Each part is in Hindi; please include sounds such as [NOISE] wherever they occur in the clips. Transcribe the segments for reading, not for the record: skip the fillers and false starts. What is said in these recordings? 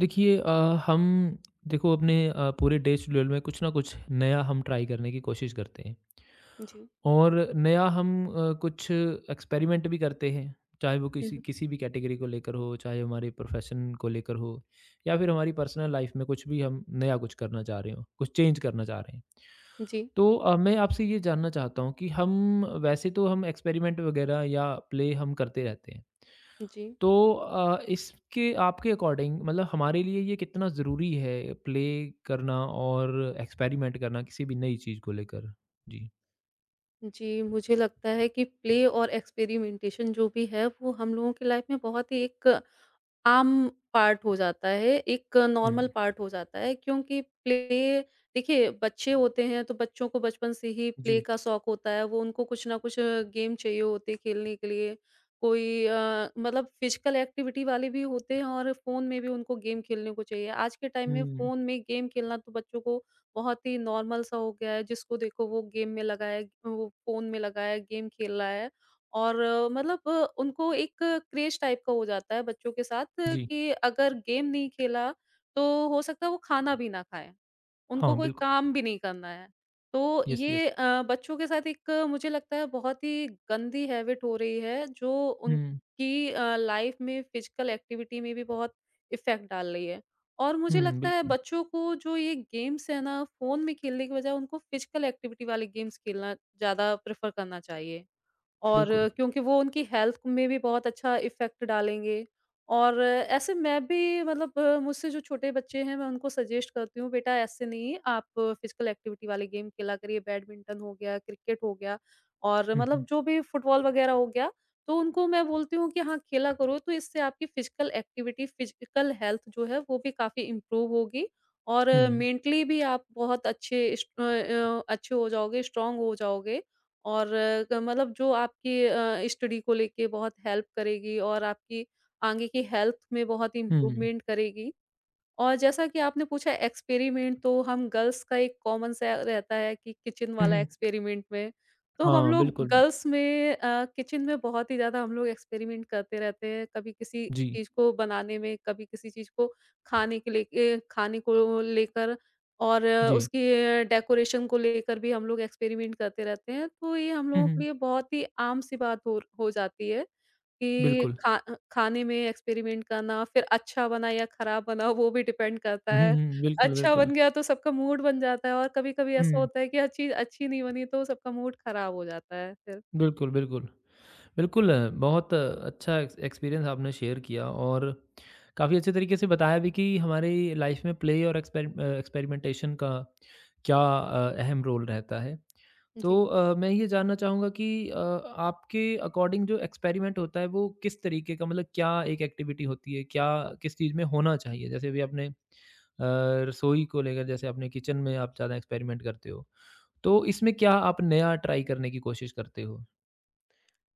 देखिए हम देखो अपने पूरे डे शेड्यूल में कुछ ना कुछ नया हम ट्राई करने की कोशिश करते हैं जी, और नया हम कुछ एक्सपेरिमेंट भी करते हैं चाहे वो हुँ, किसी हुँ। किसी भी कैटेगरी को लेकर हो चाहे हमारे प्रोफेशन को लेकर हो या फिर हमारी पर्सनल लाइफ में कुछ भी हम नया कुछ करना चाह रहे हो कुछ चेंज करना चाह रहे हैं जी, तो मैं आपसे ये जानना चाहता हूँ कि हम वैसे तो हम एक्सपेरिमेंट वगैरह या प्ले हम करते रहते हैं जी, तो इसके आपके अकॉर्डिंग मतलब हमारे लिए ये कितना ज़रूरी है प्ले करना और एक्सपेरिमेंट करना किसी भी नई चीज़ को लेकर? जी। जी, मुझे लगता है कि प्ले और एक्सपेरिमेंटेशन जो भी है, वो हम लोगों की लाइफ में बहुत ही एक आम पार्ट हो जाता है, एक हुँ। नॉर्मल पार्ट हो जाता है क्योंकि प्ले देखिए, बच्चे होते हैं तो बच्चों को बचपन से ही प्ले जी। का शौक होता है, वो उनको कुछ ना कुछ गेम चाहिए होते हैं खेलने के लिए। कोई मतलब फिजिकल एक्टिविटी वाले भी होते हैं और फ़ोन में भी उनको गेम खेलने को चाहिए। आज के टाइम में हुँ। फ़ोन में गेम खेलना तो बच्चों को बहुत ही नॉर्मल सा हो गया है, जिसको देखो वो गेम में लगा है, वो फ़ोन में लगा है, गेम खेल रहा है। और मतलब उनको एक क्रेज़ टाइप का हो जाता है बच्चों के साथ जी। कि अगर गेम नहीं खेला, तो हो सकता है वो खाना भी ना खाएँ। हाँ, उनको कोई बिल्कुल। काम भी नहीं करना है। तो यस, यस। ये बच्चों के साथ एक मुझे लगता है बहुत ही गंदी हैबिट हो रही है जो हुँ। उनकी लाइफ़ में फ़िज़िकल एक्टिविटी में भी बहुत इफ़ेक्ट डाल रही है। और मुझे हुँ, लगता है बिल्कुल, बच्चों को जो ये गेम्स हैं ना फ़ोन में खेलने की बजाय उनको फ़िज़िकल एक्टिविटी वाले गेम्स खेलना ज़्यादा प्रेफ़र करना चाहिए। और बिल्कुल। क्योंकि वो उनकी हेल्थ में भी बहुत अच्छा इफ़ेक्ट डालेंगे और ऐसे मैं भी मतलब मुझसे जो छोटे बच्चे हैं मैं उनको सजेस्ट करती हूँ बेटा ऐसे नहीं आप फ़िज़िकल एक्टिविटी वाले गेम खेला करिए बैडमिंटन हो गया, क्रिकेट हो गया और हुँ, हुँ। मतलब जो भी फुटबॉल वग़ैरह हो गया, तो उनको मैं बोलती हूँ कि हाँ, खेला करो तो इससे आपकी फ़िज़िकल एक्टिविटी, फ़िज़िकल हेल्थ जो है वो भी काफ़ी इम्प्रूव होगी और हुँ। मेंटली भी आप बहुत अच्छे अच्छे हो जाओगे, स्ट्रॉन्ग हो जाओगे। और अ, क मतलब जो आपकी स्टडी को लेके बहुत हेल्प करेगी और आपकी आगे की हेल्थ में बहुत हुँ। इम्प्रूवमेंट करेगी। और जैसा कि आपने पूछा एक्सपेरिमेंट तो हम गर्ल्स का एक कॉमन सा रहता है कि किचन हुँ, वाला हुँ। एक्सपेरिमेंट में, तो हम हाँ, लोग बिल्कुल। गर्ल्स में किचन में बहुत ही ज़्यादा हम लोग एक्सपेरिमेंट करते रहते हैं। कभी किसी जी, चीज़ को बनाने में, कभी किसी चीज़ को खाने के लेके खाने को लेकर और जी। उसकी डेकोरेशन को लेकर भी हम लोग एक्सपेरिमेंट करते रहते हैं। तो ये हम हुँ, लोगों के हुँ। लिए बहुत ही आम सी बात हो जाती है। कि बिल्कुल। खाने में एक्सपेरिमेंट करना, फिर अच्छा बना या खराब बना वो भी डिपेंड करता हुँ, है। हुँ। बिल्कुल, अच्छा बन बिल्कुल। गया तो सबका मूड बन जाता है और कभी-कभी ऐसा हुँ। होता है कि हर चीज़ अच्छी नहीं बनी तो सबका मूड खराब हो जाता है फिर। बिल्कुल, बिल्कुल। बिल्कुल, बहुत अच्छा एक्सपीरियंस आपने शेयर किया और काफ़ी अच्छे तरीके से बताया भी कि हमारी लाइफ में प्ले और एक्सपेरिमेंटेशन का क्या अहम रोल रहता है। तो जी। मैं ये जानना चाहूँगा कि आपके अकॉर्डिंग जो एक्सपेरिमेंट होता है वो किस तरीके का मतलब क्या एक एक्टिविटी होती है? क्या किस चीज़ में होना चाहिए? जैसे अभी आपने रसोई को लेकर जैसे आपने किचन में आप ज़्यादा एक्सपेरिमेंट करते हो। तो इसमें क्या आप नया ट्राई करने की कोशिश करते हो?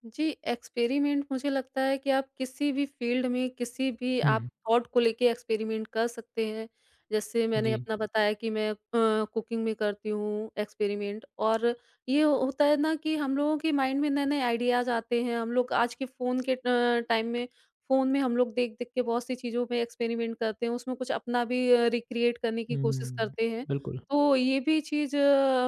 जी, एक्सपेरिमेंट मुझे लगता है कि आप किसी भी फ़ील्ड में किसी भी आप हुँ, थॉट को लेके एक्सपेरिमेंट कर सकते हैं। जैसे मैंने जी। अपना बताया कि मैं कुकिंग में करती हूँ एक्सपेरिमेंट और ये होता है ना कि हम लोगों के माइंड में नए-नए आइडियाज़ आते हैं। हम लोग आज के फ़ोन के टाइम में फ़ोन में हम लोग देख-देख के बहुत सी चीज़ों में एक्सपेरिमेंट करते हैं। उसमें कुछ अपना भी रिक्रिएट करने की कोशिश हुँ, करते हैं। बिल्कुल। तो ये भी चीज़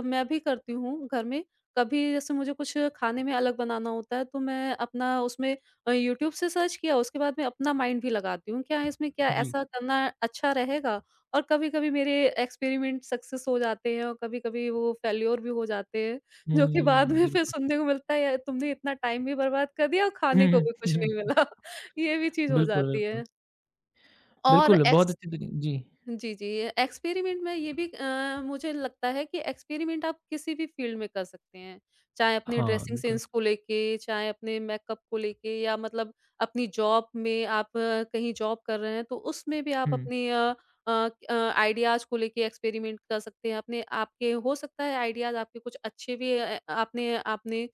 मैं भी करती हूँ घर में। कभी जैसे मुझे कुछ खाने में अलग बनाना होता है तो मैं अपना उसमें यूट्यूब से सर्च किया उसके बाद मैं अपना माइंड भी लगाती हूँ, क्या है इसमें क्या जी। ऐसा करना अच्छा रहेगा? और कभी-कभी मेरे एक्सपेरिमेंट सक्सेस हो जाते हैं और कभी-कभी वो फेल्योर भी हो जाते हैं, जो कि बाद हुँ, में फिर बिल्कुल। सुनने को मिलता है यार तुमने इतना टाइम भी बर्बाद कर दिया और [LAUGHS] हुँ, खाने को हुँ, भी हुँ, कुछ हुँ, नहीं हुँ। मिला। [LAUGHS] ये भी चीज़ हो बिल्कुल, जाती बिल्कुल। है। और बिल्कुल, बहुत एक्स अच्छी तरी जी। जी, जी। एक्सपेरिमेंट में ये भी मुझे लगता है कि एक्सपेरिमेंट आप किसी भी फ़ील्ड में कर सकते हैं। चाहे अपने हाँ, ड्रेसिंग बिल्कुल। सेंस को लेके, चाहे अपने मेकअप को लेके या मतलब अपनी जॉब में आप कहीं जॉब कर रहे हैं तो उसमें भी आप हुँ, अपनी अ आइडियाज़ को लेके एक्सपेरिमेंट कर सकते हैं। अपने आपके हो सकता है आइडियाज़ आपके कुछ अच्छे भी आपने आपने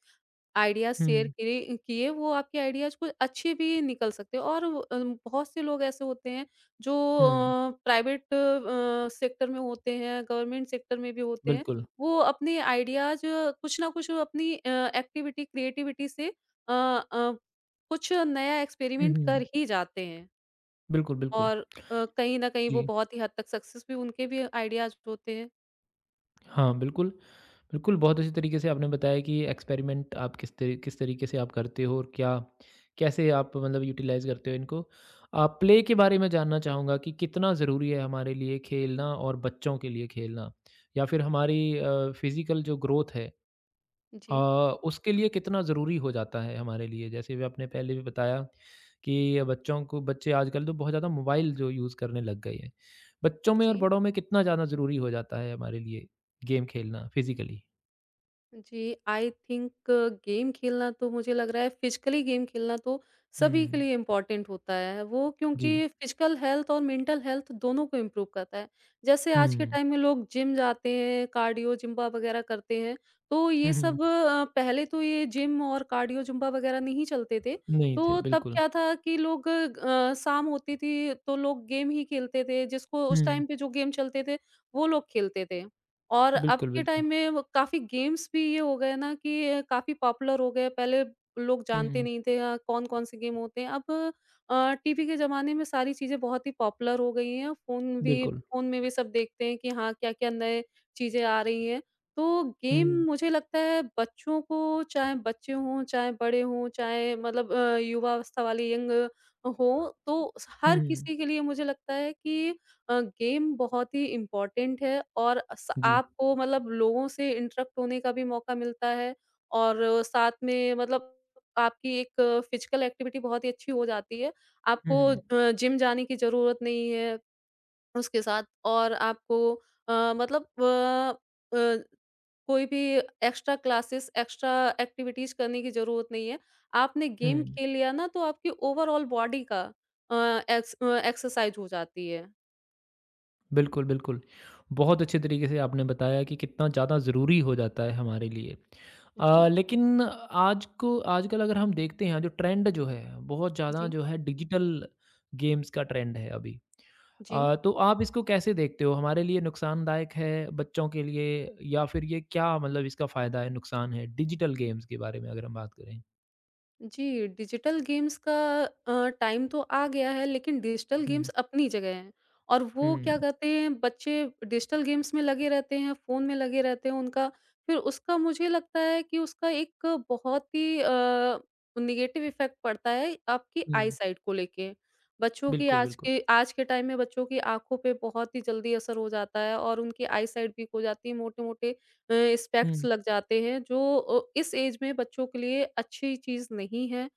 आइडियाज़ शेयर हुँ, करे किए, वो आपके आइडियाज़ कुछ अच्छे भी निकल सकते हैं और बहुत से लोग ऐसे होते हैं जो हुँ, प्राइवेट सेक्टर में होते हैं, गवर्नमेंट सेक्टर में भी होते हैं। बिल्कुल। वो अपने आइडियाज़ कुछ ना कुछ अपनी एक्टिविटी, क्रिएटिविटी से कुछ नया हुँ, एक्सपेरिमेंट कर हुँ, ही जाते हैं बिल्कुल, बिल्कुल। और कहीं न कहीं वो जी। बहुत ही हद तक सक्सेस भी उनके भी आइडियाज़ होते हैं। हाँ, बिल्कुल, बिल्कुल, बहुत अच्छी तरीके से आपने बताया कि एक्सपेरिमेंट आप किस तरीके से आप करते हो और क्या कैसे आप मतलब यूटिलाइज़ करते हो इनको। प्ले के बारे में जानना चाहूँगा कि कितना ज़रूरी है हमारे लिए खेलना और बच्चों के लिए खेलना? या फिर हमारी फ़िज़िकल जो ग्रोथ है अ, जी, उसके लिए कितना ज़रूरी हो जाता है हमारे लिए? जैसे भी आपने पहले भी बताया कि बच्चों को बच्चे आजकल तो बहुत ज़्यादा मोबाइल जो यूज़ करने लग गए हैं। बच्चों में और जी। बड़ों में कितना ज़्यादा ज़रूरी हो जाता है हमारे लिए गेम खेलना फ़िज़िकली? जी, आई थिंक गेम खेलना तो मुझे लग रहा है फिज़िकली गेम खेलना तो सभी के हुँ, लिए इम्पोर्टेंट होता है। वो जी। क्योंकि फिज़िकल हेल्थ और मेंटल हेल्थ दोनों को इम्प्रूव करता है। जैसे आज के हुँ, टाइम में लोग जिम जाते हैं, कार्डियो, ज़ुम्बा वगैरह करते हैं, तो हुँ, ये हुँ। सब पहले तो ये जिम और कार्डियो, ज़ुम्बा वगैरह नहीं चलते थे। नहीं थे, तो तब बिल्कुल। क्या था कि लोग शाम होती थी तो लोग गेम ही खेलते थे, जिसको उस हुँ, टाइम पे जो गेम चलते थे, वो लोग खेलते थे। और अब बिल्कुल, के बिल्कुल। टाइम में वो काफ़ी गेम्स भी ये हो गए ना कि काफ़ी पॉपुलर हो गए। पहले लोग जानते हुँ, नहीं थे कौन-कौन से गेम होते हैं। अब टीवी के ज़माने में सारी चीज़ें बहुत ही पॉपुलर हो गई हैं। बिल्कुल। फ़ोन में भी सब देखते हैं कि हाँ, क्या-क्या नए चीज़ें आ रही हैं। तो गेम हुँ, मुझे लगता है बच्चों को चाहे बच्चे हों, चाहे बड़े हों, चाहे मतलब युवावस्था वाले यंग हों, तो स हुँ, हर हुँ। किसी के लिए मुझे लगता है कि गेम बहुत ही इम्पोर्टेंट है और स जी। आपको मतलब लोगों से इंटरेक्ट होने का भी मौका मिलता है और साथ में मतलब आपकी एक फिजिकल एक्टिविटी बहुत ही अच्छी हो जाती है। आपको हुँ, जिम जाने की ज़रूरत नहीं है उसके साथ और आपको मतलब अ, कोई भी एक्स्ट्रा क्लासेस, एक्स्ट्रा एक्टिविटीज़ करने की ज़रूरत नहीं है। आपने हुँ। गेम खेल लिया ना तो आपकी ओवरऑल बॉडी का अ, एक्सरसाइज़ हो जाती है। बिल्कुल, बिल्कुल। बहुत अच्छे तरीके से आपने बताया कि कितना ज़्यादा ज़रूरी हो जाता है हमारे लिए। जी, लेकिन आज को आजकल अगर हम देखते हैं जो ट्रेंड जो है बहुत ज़्यादा जी। जो है डिजिटल गेम्स का ट्रेंड है अभी। जी, तो आप इसको कैसे देखते हो? हमारे लिए नुकसानदायक है बच्चों के लिए या फिर ये क्या मतलब इसका फ़ायदा है, नुकसान है? डिजिटल गेम्स के बारे में अगर हम बात करें। जी, डिजिटल गेम्स का टाइम तो आ गया है लेकिन डिजिटल गेम्स हुँ, अपनी जगह हैं और वो हुँ, क्या कहते हैं बच्चे डिजिटल गेम्स में लगे रहते हैं, फ़ोन में लगे रहते हैं उनका फिर उसका मुझे लगता है कि उसका एक बहुत ही नेगेटिव इफ़ेक्ट पड़ता है आपकी आई हुँ। साइट को लेके। बच्चों की बिल्कुल, आज बिल्कुल। के आज के टाइम में बच्चों की आँखों पे बहुत ही जल्दी असर हो जाता है और उनकी आई साइट वीक हो जाती है, मोटे-मोटे अ, स्पेक्ट्स हुँ, लग जाते हैं जो इस एज में बच्चों के लिए अच्छी चीज़ नहीं है।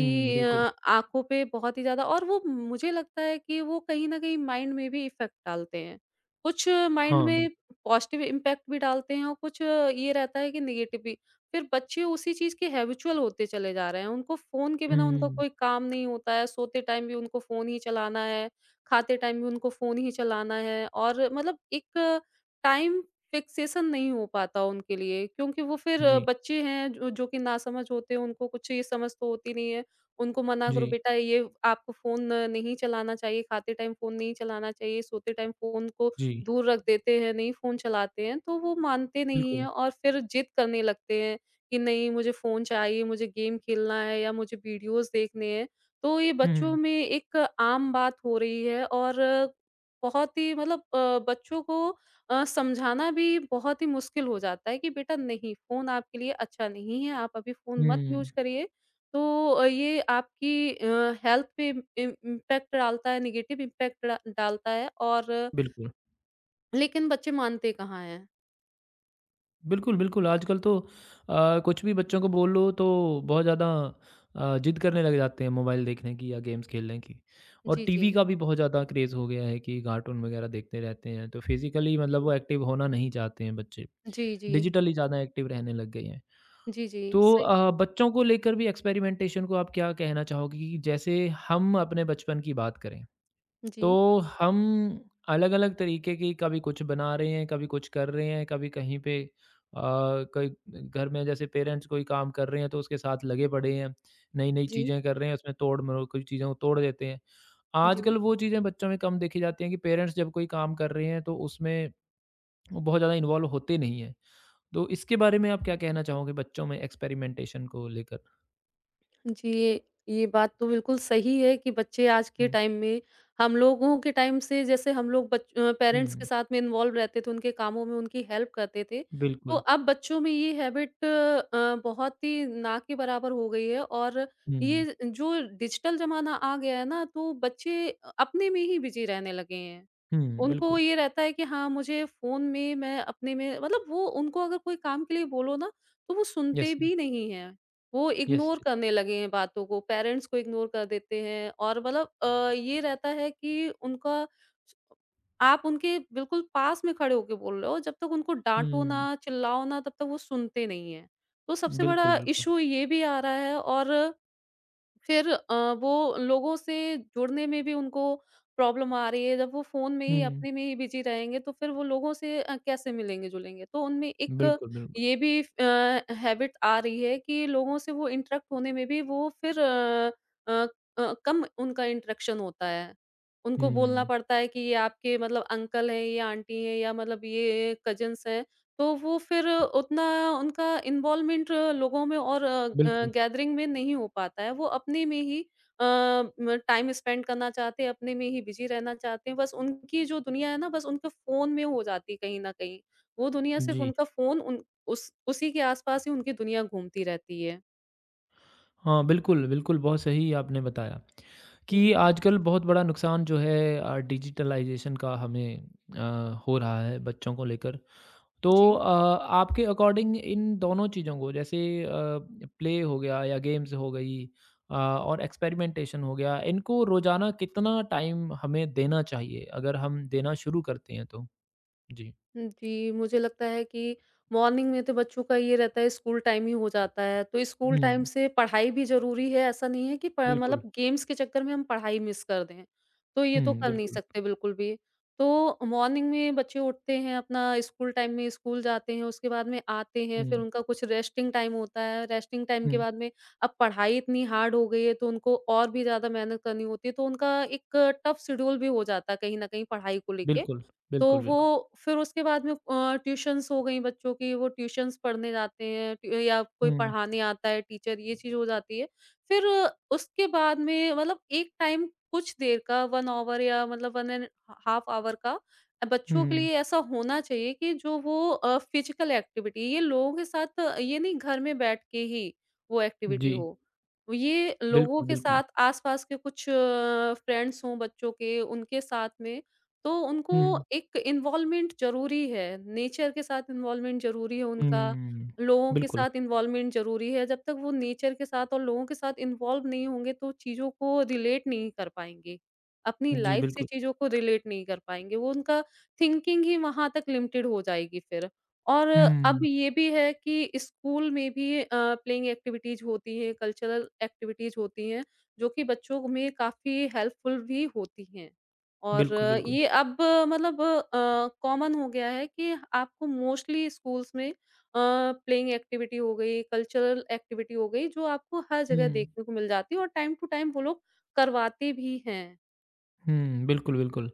हुँ, बिल्कुल। आँखों पे बहुत ही ज़्यादा और वो मुझे लगता है कि वो कहीं न कहीं माइंड में भी इफ़ेक्ट डालते हैं। कुछ माइंड हाँ, बिल्कुल। में पॉज़िटिव इम्पैक्ट भी डालते हैं और कुछ ये रहता है कि नेगेटिव भी। फिर बच्चे उसी चीज़ के हैबिचुअल होते चले जा रहे हैं। उनको फ़ोन के बिना उनका हुँ, कोई काम नहीं होता है, सोते टाइम भी उनको फ़ोन ही चलाना है, खाते टाइम भी उनको फ़ोन ही चलाना है और मतलब एक टाइम फिक्सेशन नहीं हो पाता उनके लिए क्योंकि वो फिर जी, बच्चे हैं जो जो कि नासमझ होते हैं, उनको कुछ ये समझ तो होती नहीं है। उनको मना करो जी, बेटा ये आपको फ़ोन नहीं चलाना चाहिए, खाते टाइम फ़ोन नहीं चलाना चाहिए, सोते टाइम फ़ोन को जी। दूर रख देते हैं, नहीं फ़ोन चलाते हैं, तो वो मानते नहीं बिल्कुल। हैं और फिर जिद करने लगते हैं कि नहीं मुझे फ़ोन चाहिए, मुझे गेम खेलना है या मुझे वीडियोज़ देखने हैं। तो ये बच्चों हुँ, में एक आम बात हो रही है और बहुत ही मतलब बच्चों को समझाना भी बहुत ही मुश्किल हो जाता है कि बेटा नहीं फ़ोन आपके लिए अच्छा नहीं है, आप अभी फ़ोन मत हुँ, यूज़ करिए। तो ये आपकी हेल्थ पे इम इम इम्पैक्ट डालता है, नेगेटिव इम्पैक्ट डा डालता है और बिल्कुल। लेकिन बच्चे मानते कहाँ हैं। बिल्कुल, बिल्कुल, आजकल तो कुछ भी बच्चों को बोल लो तो बहुत ज़्यादा ज़िद करने लग जाते हैं मोबाइल देखने की या गेम्स खेलने की। और जी, जी। टीवी का भी बहुत ज़्यादा क्रेज़ हो गया है कि कार्टून वगैरह देखते रहते हैं, तो फिज़िकली मतलब वो एक्टिव होना नहीं चाहते हैं बच्चे। जी, जी। डिजिटली ज़्यादा एक्टिव रहने लग गए हैं। जी, जी। जी तो सही बच्चों को लेकर भी एक्सपेरिमेंटेशन को आप क्या कहना चाहोगे कि जैसे हम अपने बचपन की बात करें? जी, तो हम अलग-अलग तरीके की कभी कुछ बना रहे हैं, कभी कुछ कर रहे हैं, कभी कहीं पे अ, कई घर में जैसे पेरेंट्स कोई काम कर रहे हैं तो उसके साथ लगे पड़े हैं, नई-नई जी, चीज़ें कर रहे हैं, उसमें तोड़-मरोड़ कुछ चीज़ों को तोड़ देते हैं। जी। आजकल वो चीज़ें बच्चों में कम देखी जाती हैं कि पेरेंट्स जब कोई काम कर रहे हैं तो उसमें वो बहुत ज़्यादा इन्वॉल्व होते नहीं हैं। तो इसके बारे में आप क्या कहना चाहोगे बच्चों में एक्सपेरिमेंटेशन को लेकर? जी, ये बात तो बिल्कुल सही है कि बच्चे आज के हुँ, टाइम में हम लोगों के टाइम से जैसे हम लोग पेरेंट्स के हुँ, साथ में इन्वॉल्व रहते थे, उनके कामों में उनकी हेल्प करते थे। तो बिल्कुल। अब बच्चों में ये हैबिट बहुत ही ना के बराबर हो गई है और हुँ, ये जो डिजिटल ज़माना आ गया है ना, तो बच्चे अपने में ही बिज़ी रहने लगे हैं। हुँ, उनको बिल्कुल। ये रहता है कि हाँ, मुझे फ़ोन में मैं अपने में मतलब वो उनको अगर कोई काम के लिए बोलो ना, तो वो यस, सुनते भी नहीं हैं। वो यस, इग्नोर यस। करने लगे हैं बातों को, पेरेंट्स को इग्नोर कर देते हैं और मतलब ये रहता है कि उनका आप उनके बिल्कुल पास में खड़े होके बोल रहे हो, जब तक उनको डाँटो हुँ। ना, चिल्लाओ ना, तब तक वो सुनते नहीं हैं। तो सबसे बिल्कुल, बड़ा बिल्कुल। इश्यू ये भी आ रहा है। और फिर वो लोगों से जुड़ने में भी उनको प्रॉब्लम आ रही है, जब वो फ़ोन में ही हुँ, अपने में ही बिज़ी रहेंगे तो फिर वो लोगों से कैसे मिलेंगे-जुलेंगे? तो उनमें एक बिल्कुल, बिल्कुल। ये भी हैबिट आ रही है कि लोगों से वो इंटरेक्ट होने में भी वो फिर अ कम उनका इंटरेक्शन होता है। उनको बोलना हुँ, पड़ता है कि ये आपके मतलब अंकल हैं, ये आंटी हैं या मतलब ये कज़िन्स हैं। तो वो फिर उतना उनका इन्वॉल्वमेंट लोगों में और बिल्कुल। गैदरिंग में नहीं हो पाता है। वो अपने में ही अ, म टाइम स्पेंड करना चाहते हैं, अपने में ही बिज़ी रहना चाहते हैं। बस उनकी जो दुनिया है ना बस उनके फ़ोन में हो जाती है कहीं न कहीं। वो दुनिया सिर्फ़ जी। उनका फ़ोन उन उस उसी के आस-पास ही उनकी दुनिया घूमती रहती है। हाँ, बिल्कुल, बिल्कुल, बहुत सही आपने बताया कि जी। आजकल बहुत बड़ा नुकसान जो है डिजिटलाइज़ेशन का हमें हो रहा है बच्चों को लेकर। तो जी। आपके अकॉर्डिंग इन दोनों चीज़ों को जैसे अ, प्ले हो गया या गेम्स हो गई और एक्सपेरिमेंटेशन हो गया, इनको रोज़ाना कितना टाइम हमें देना चाहिए अगर हम देना शुरू करते हैं तो? जी। जी, मुझे लगता है कि मॉर्निंग में तो बच्चों का ये रहता है स्कूल टाइम ही हो जाता है, तो स्कूल टाइम हुँ, से पढ़ाई भी ज़रूरी है, ऐसा नहीं है कि प बिल्कुल। मतलब गेम्स के चक्कर में हम पढ़ाई मिस कर दें, तो ये तो हुँ, कर नहीं बिल्कुल। सकते बिल्कुल भी। तो मॉर्निंग में बच्चे उठते हैं, अपना स्कूल टाइम में स्कूल जाते हैं, उसके बाद में आते हैं, फिर हुँ, उनका कुछ रेस्टिंग टाइम होता है, रेस्टिंग टाइम के हुँ। बाद में अब पढ़ाई इतनी हार्ड हो गई है, तो उनको और भी ज़्यादा मेहनत करनी होती है, तो उनका एक टफ शेड्यूल भी हो जाता है कहीं न कहीं पढ़ाई को लेके। बिल्कुल, तो बिल्कुल, वो बिल्कुल। फिर उसके बाद में ट्यूशन्स हो गई बच्चों की, वो ट्यूशन्स पढ़ने जाते हैं ट्यू या कोई हुँ, पढ़ाने आता है टीचर, ये चीज़ हो जाती है। फिर उसके बाद में मतलब एक टाइम कुछ देर का 1 ऑवर या मतलब 1 एंड हाफ ऑवर का बच्चों के हुँ, लिए ऐसा होना चाहिए कि जो वो फिज़िकल एक्टिविटी ये लोगों के साथ ये नहीं घर में बैठ के ही वो एक्टिविटी जी, हो। ये लोगों बिल्कुल, के बिल्कुल। साथ आस-पास के कुछ फ्रेंड्स हों बच्चों के, उनके साथ में तो उनको हुँ, एक इन्वॉल्वमेंट ज़रूरी है, नेचर के साथ इन्वॉल्वमेंट ज़रूरी है उनका, हुँ, लोगों के बिल्कुल। साथ इन्वॉल्वमेंट ज़रूरी है, जब तक वो नेचर के साथ और लोगों के साथ इन्वॉल्व नहीं होंगे तो चीज़ों को रिलेट नहीं कर पाएँगे, अपनी जी, लाइफ़ से बिल्कुल। चीज़ों को रिलेट नहीं कर पाएँगे, वो उनका थिंकिंग ही वहाँ तक लिमिटेड हो जाएगी फिर। और अब हुँ, ये भी है कि स्कूल में भी प्लेइंग एक्टिविटीज़ होती हैं, कल्चरल एक्टिविटीज़ होती हैं, जो कि बच्चों में काफ़ी हेल्पफुल भी होती हैं। और बिल्कुल, बिल्कुल। ये अब मतलब कॉमन हो गया है कि आपको मोस्टली स्कूल्स में प्लेइंग एक्टिविटी हो गई, कल्चरल एक्टिविटी हो गई, जो आपको हर जगह हुँ, देखने को मिल जाती है और टाइम टू टाइम वो लोग करवाते भी हैं। हुँ, बिल्कुल, बिल्कुल।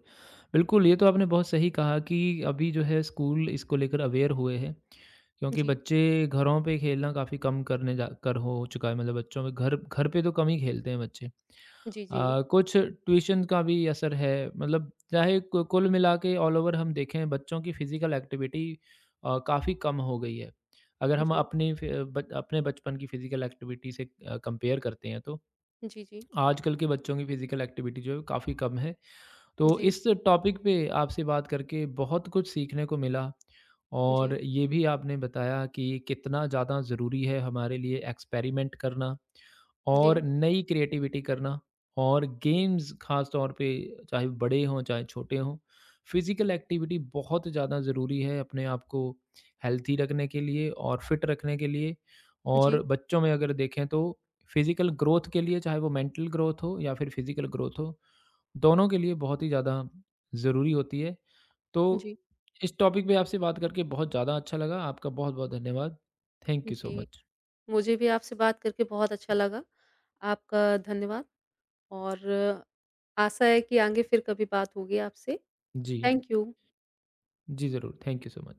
बिल्कुल, ये तो आपने बहुत सही कहा कि अभी जो है स्कूल इसको लेकर अवेयर हुए हैं, क्योंकि जी, बच्चे घरों पे खेलना काफ़ी कम करने जा कर हो चुका है मतलब बच्चों में घर घर पे तो कम ही खेलते हैं बच्चे। जी, जी। कुछ ट्यूशन का भी असर है मतलब चाहे कु कुल मिला के ऑल ओवर हम देखें बच्चों की फिज़िकल एक्टिविटी काफ़ी कम हो गई है। अगर हम जी, अपनी फ ब अपने बचपन की फिज़िकल एक्टिविटी से कंपेयर करते हैं तो जी, जी। आजकल के बच्चों की फिज़िकल एक्टिविटी जो है वो काफ़ी कम है। तो जी, इस टॉपिक पे आपसे बात करके बहुत कुछ सीखने को मिला जी, और जी, ये भी आपने बताया कि कितना ज़्यादा ज़रूरी है हमारे लिए एक्सपेरिमेंट करना। और जी, नई क्रिएटिविटी करना और गेम्स ख़ास तौर पे चाहे बड़े हों, चाहे छोटे हों। फ़िज़िकल एक्टिविटी बहुत ज़्यादा ज़रूरी है अपने आप को हेल्थी रखने के लिए और फ़िट रखने के लिए। और जी, बच्चों में अगर देखें तो फ़िज़िकल ग्रोथ के लिए चाहे वो मेंटल ग्रोथ हो या फिर फ़िज़िकल ग्रोथ हो, दोनों के लिए बहुत ही ज़्यादा ज़रूरी होती है। तो जी, इस टॉपिक पे आपसे बात करके बहुत ज़्यादा अच्छा लगा। आपका बहुत-बहुत धन्यवाद। थैंक यू सो जी। मच। मुझे भी आपसे बात करके बहुत अच्छा लगा। आपका धन्यवाद और आशा है कि आगे फिर कभी बात होगी आपसे। जी। Thank you. जी, ज़रूर। Thank you so much.